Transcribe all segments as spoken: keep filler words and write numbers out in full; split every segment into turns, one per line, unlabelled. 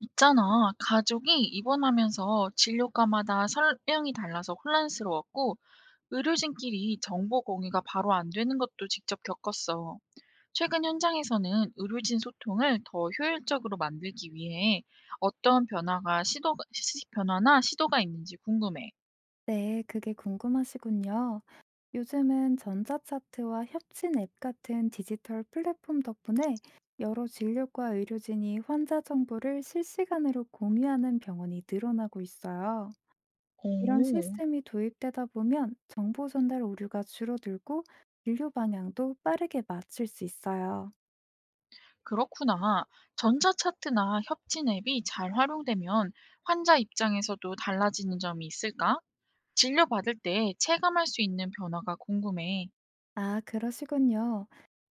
있잖아. 가족이 입원하면서 진료과마다 설명이 달라서 혼란스러웠고, 의료진끼리 정보 공유가 바로 안 되는 것도 직접 겪었어. 최근 현장에서는 의료진 소통을 더 효율적으로 만들기 위해 어떤 변화가 시도, 시- 변화나 시도가 있는지 궁금해.
네, 그게 궁금하시군요. 요즘은 전자차트와 협진 앱 같은 디지털 플랫폼 덕분에 여러 진료과 의료진이 환자 정보를 실시간으로 공유하는 병원이 늘어나고 있어요. 이런
오,
시스템이 도입되다 보면 정보 전달 오류가 줄어들고 진료 방향도 빠르게 맞출 수 있어요.
그렇구나. 전자차트나 협진 앱이 잘 활용되면 환자 입장에서도 달라지는 점이 있을까? 진료받을 때 체감할 수 있는 변화가 궁금해.
아, 그러시군요.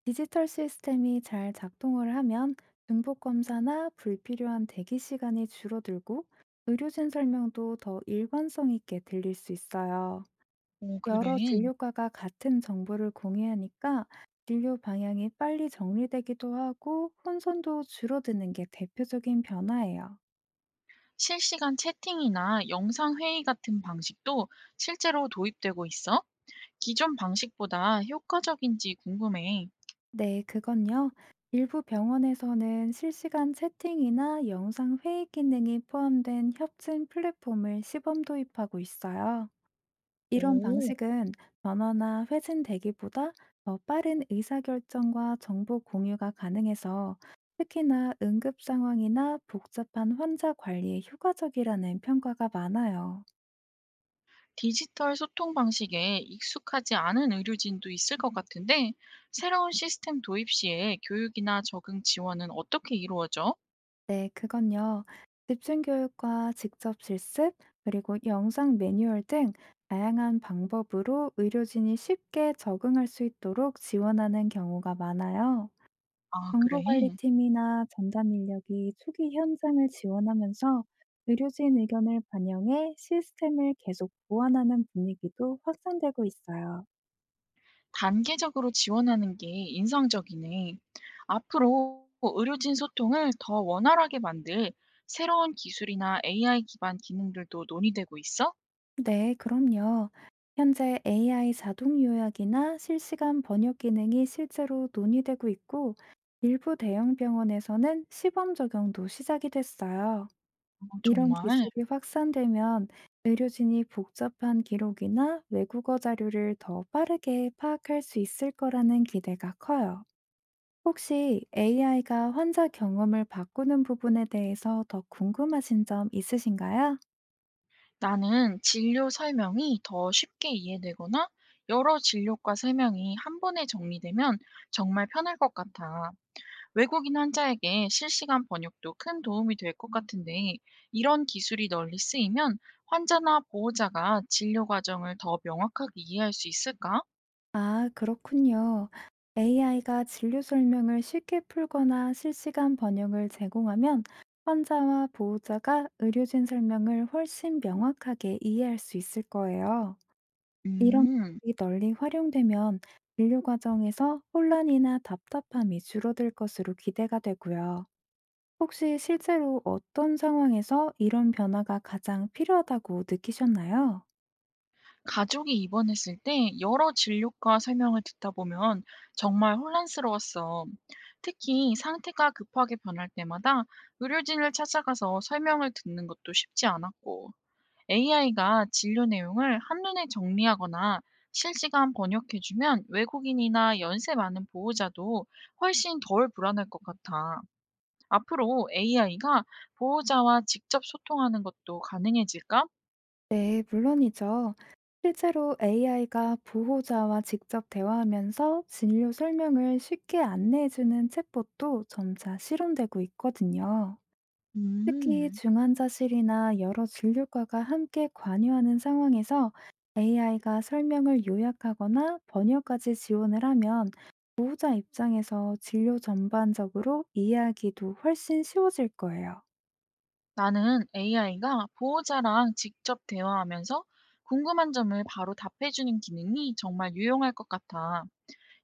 디지털 시스템이 잘 작동을 하면 중복 검사나 불필요한 대기 시간이 줄어들고 의료진 설명도 더 일관성 있게 들릴 수 있어요.
오, 그래.
여러 진료과가 같은 정보를 공유하니까 진료 방향이 빨리 정리되기도 하고 혼선도 줄어드는 게 대표적인 변화예요.
실시간 채팅이나 영상 회의 같은 방식도 실제로 도입되고 있어? 기존 방식보다 효과적인지 궁금해.
네, 그건요. 일부 병원에서는 실시간 채팅이나 영상 회의 기능이 포함된 협진 플랫폼을 시범 도입하고 있어요. 이런
오,
방식은 전화나 회진 대기보다 더 빠른 의사결정과 정보 공유가 가능해서 특히나 응급 상황이나 복잡한 환자 관리에 효과적이라는 평가가 많아요.
디지털 소통 방식에 익숙하지 않은 의료진도 있을 것 같은데, 새로운 시스템 도입 시에 교육이나 적응 지원은 어떻게 이루어져?
네, 그건요. 집중교육과 직접 실습, 그리고 영상 매뉴얼 등 다양한 방법으로 의료진이 쉽게 적응할 수 있도록 지원하는 경우가 많아요.
아, 그래.
정보관리팀이나 전담 인력이 초기 현장을 지원하면서 의료진 의견을 반영해 시스템을 계속 보완하는 분위기도 확산되고 있어요.
단계적으로 지원하는 게 인상적이네. 앞으로 의료진 소통을 더 원활하게 만들 새로운 기술이나 에이아이 기반 기능들도 논의되고 있어?
네, 그럼요. 현재 에이아이 자동 요약이나 실시간 번역 기능이 실제로 논의되고 있고, 일부 대형 병원에서는 시범 적용도 시작이 됐어요.
어,
이런
정말
기술이 확산되면 의료진이 복잡한 기록이나 외국어 자료를 더 빠르게 파악할 수 있을 거라는 기대가 커요. 혹시 에이아이가 환자 경험을 바꾸는 부분에 대해서 더 궁금하신 점 있으신가요?
나는 진료 설명이 더 쉽게 이해되거나 여러 진료과 설명이 한 번에 정리되면 정말 편할 것 같아. 외국인 환자에게 실시간 번역도 큰 도움이 될 것 같은데, 이런 기술이 널리 쓰이면 환자나 보호자가 진료 과정을 더 명확하게 이해할 수 있을까?
아, 그렇군요. 에이아이가 진료 설명을 쉽게 풀거나 실시간 번역을 제공하면 환자와 보호자가 의료진 설명을 훨씬 명확하게 이해할 수 있을 거예요. 이런
음,
기술이 널리 활용되면 진료 과정에서 혼란이나 답답함이 줄어들 것으로 기대가 되고요. 혹시 실제로 어떤 상황에서 이런 변화가 가장 필요하다고 느끼셨나요?
가족이 입원했을 때 여러 진료과 설명을 듣다 보면 정말 혼란스러웠어. 특히 상태가 급하게 변할 때마다 의료진을 찾아가서 설명을 듣는 것도 쉽지 않았고. 에이아이가 진료 내용을 한눈에 정리하거나 실시간 번역해 주면 외국인이나 연세 많은 보호자도 훨씬 덜 불안할 것 같아. 앞으로 에이아이가 보호자와 직접 소통하는 것도 가능해질까?
네, 물론이죠. 실제로 에이아이가 보호자와 직접 대화하면서 진료 설명을 쉽게 안내해주는 챗봇도 점차 실현되고 있거든요. 특히
음,
중환자실이나 여러 진료과가 함께 관여하는 상황에서 에이아이가 설명을 요약하거나 번역까지 지원을 하면 보호자 입장에서 진료 전반적으로 이해하기도 훨씬 쉬워질 거예요.
나는 에이아이가 보호자랑 직접 대화하면서 궁금한 점을 바로 답해주는 기능이 정말 유용할 것 같아.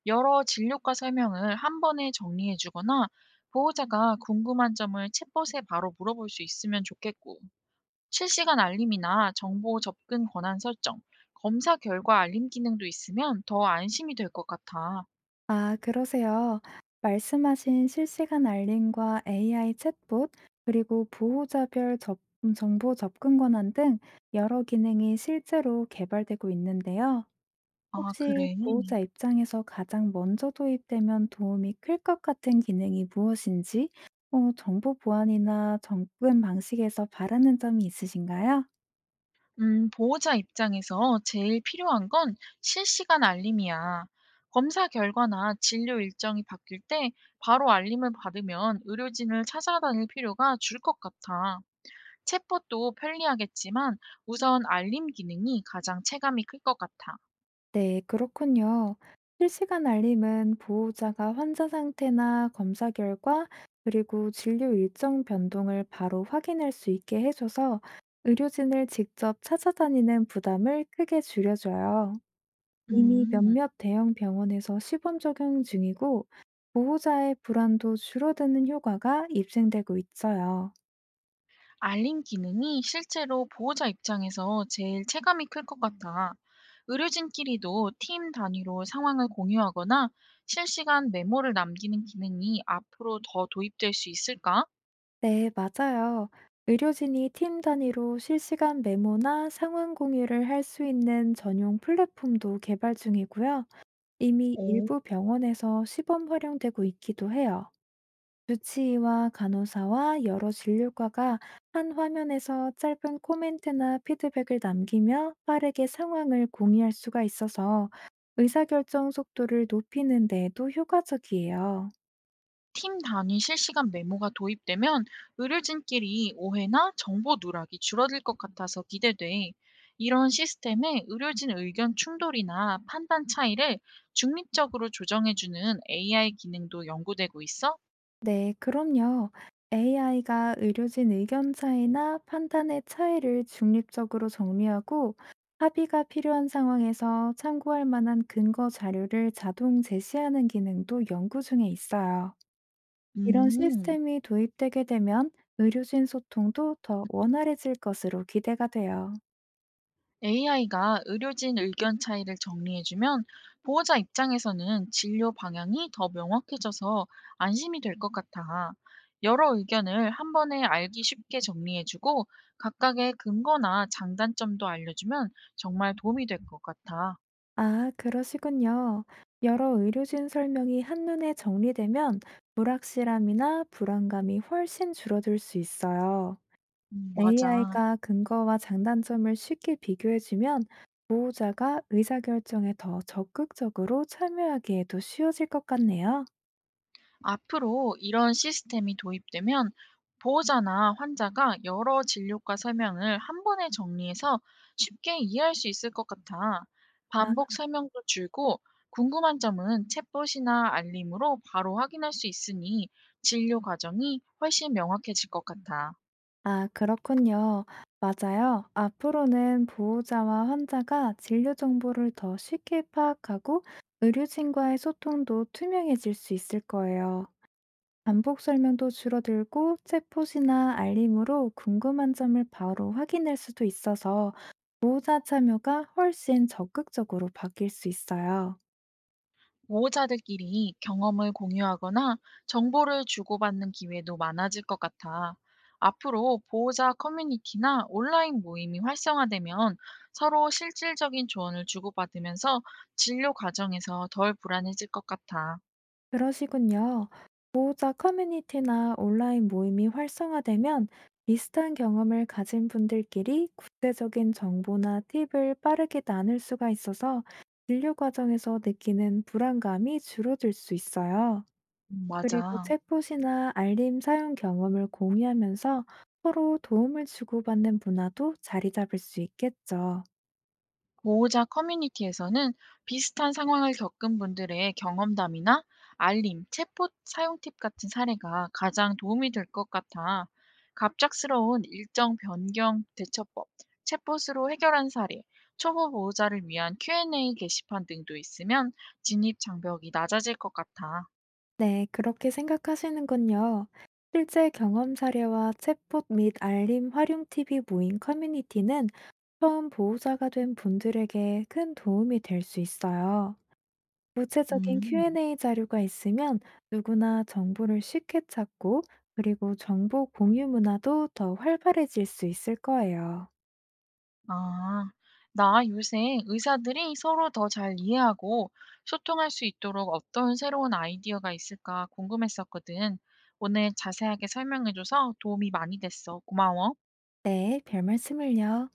여러 진료과 설명을 한 번에 정리해 주거나 보호자가 궁금한 점을 챗봇에 바로 물어볼 수 있으면 좋겠고, 실시간 알림이나 정보 접근 권한 설정, 검사 결과 알림 기능도 있으면 더 안심이 될 것 같아.
아, 그러세요. 말씀하신 실시간 알림과 에이아이 챗봇, 그리고 보호자별 접- 음, 정보 접근 권한 등 여러 기능이 실제로 개발되고 있는데요.
아,
혹시
그래.
보호자 입장에서 가장 먼저 도입되면 도움이 클 것 같은 기능이 무엇인지, 어, 정보 보안이나 접근 방식에서 바라는 점이 있으신가요?
음, 보호자 입장에서 제일 필요한 건 실시간 알림이야. 검사 결과나 진료 일정이 바뀔 때 바로 알림을 받으면 의료진을 찾아다닐 필요가 줄 것 같아. 챗봇도 편리하겠지만 우선 알림 기능이 가장 체감이 클 것 같아.
네, 그렇군요. 실시간 알림은 보호자가 환자 상태나 검사 결과, 그리고 진료 일정 변동을 바로 확인할 수 있게 해줘서 의료진을 직접 찾아다니는 부담을 크게 줄여줘요. 이미
음,
몇몇 대형 병원에서 시범 적용 중이고, 보호자의 불안도 줄어드는 효과가 입증되고 있어요.
알림 기능이 실제로 보호자 입장에서 제일 체감이 클 것 같아. 의료진끼리도 팀 단위로 상황을 공유하거나 실시간 메모를 남기는 기능이 앞으로 더 도입될 수 있을까?
네, 맞아요. 의료진이 팀 단위로 실시간 메모나 상황 공유를 할 수 있는 전용 플랫폼도 개발 중이고요. 이미
오.
일부 병원에서 시범 활용되고 있기도 해요. 주치의와 간호사와 여러 진료과가 한 화면에서 짧은 코멘트나 피드백을 남기며 빠르게 상황을 공유할 수가 있어서 의사결정 속도를 높이는 데에도 효과적이에요.
팀 단위 실시간 메모가 도입되면 의료진끼리 오해나 정보 누락이 줄어들 것 같아서 기대돼. 이런 시스템에 의료진 의견 충돌이나 판단 차이를 중립적으로 조정해주는 에이아이 기능도 연구되고 있어?
네, 그럼요. 에이아이가 의료진 의견 차이나 판단의 차이를 중립적으로 정리하고 합의가 필요한 상황에서 참고할 만한 근거 자료를 자동 제시하는 기능도 연구 중에 있어요. 이런
음.
시스템이 도입되게 되면 의료진 소통도 더 원활해질 것으로 기대가 돼요.
에이아이가 의료진 의견 차이를 정리해주면 보호자 입장에서는 진료 방향이 더 명확해져서 안심이 될 것 같아. 여러 의견을 한 번에 알기 쉽게 정리해주고 각각의 근거나 장단점도 알려주면 정말 도움이 될 것 같아.
아, 그러시군요. 여러 의료진 설명이 한눈에 정리되면 불확실함이나 불안감이 훨씬 줄어들 수 있어요.
음, 맞아.
에이아이가 근거와 장단점을 쉽게 비교해주면 보호자가 의사결정에 더 적극적으로 참여하기에도 쉬워질 것 같네요.
앞으로 이런 시스템이 도입되면 보호자나 환자가 여러 진료과 설명을 한 번에 정리해서 쉽게 이해할 수 있을 것 같아.
아,
반복 설명도 줄고 궁금한 점은 챗봇이나 알림으로 바로 확인할 수 있으니 진료 과정이 훨씬 명확해질 것 같아.
아, 그렇군요. 맞아요. 앞으로는 보호자와 환자가 진료 정보를 더 쉽게 파악하고 의료진과의 소통도 투명해질 수 있을 거예요. 반복 설명도 줄어들고 챗봇이나 알림으로 궁금한 점을 바로 확인할 수도 있어서 보호자 참여가 훨씬 적극적으로 바뀔 수 있어요.
보호자들끼리 경험을 공유하거나 정보를 주고받는 기회도 많아질 것 같아. 앞으로 보호자 커뮤니티나 온라인 모임이 활성화되면 서로 실질적인 조언을 주고받으면서 진료 과정에서 덜 불안해질 것 같아.
그러시군요. 보호자 커뮤니티나 온라인 모임이 활성화되면 비슷한 경험을 가진 분들끼리 구체적인 정보나 팁을 빠르게 나눌 수가 있어서 진료 과정에서 느끼는 불안감이 줄어들 수 있어요.
음,
그리고
맞아.
챗봇이나 알림 사용 경험을 공유하면서 서로 도움을 주고받는 문화도 자리 잡을 수 있겠죠.
보호자 커뮤니티에서는 비슷한 상황을 겪은 분들의 경험담이나 알림, 챗봇 사용 팁 같은 사례가 가장 도움이 될 것 같아. 갑작스러운 일정 변경 대처법, 챗봇으로 해결한 사례, 초보 보호자를 위한 큐앤에이 게시판 등도 있으면 진입 장벽이 낮아질 것 같아.
네, 그렇게 생각하시는군요. 실제 경험 사례와 챗봇 및 알림 활용 팁이 모인 커뮤니티는 처음 보호자가 된 분들에게 큰 도움이 될 수 있어요. 구체적인
음.
큐앤에이 자료가 있으면 누구나 정보를 쉽게 찾고 그리고 정보 공유 문화도 더 활발해질 수 있을 거예요.
아, 나 요새 의사들이 서로 더 잘 이해하고 소통할 수 있도록 어떤 새로운 아이디어가 있을까 궁금했었거든. 오늘 자세하게 설명해줘서 도움이 많이 됐어. 고마워.
네, 별 말씀을요.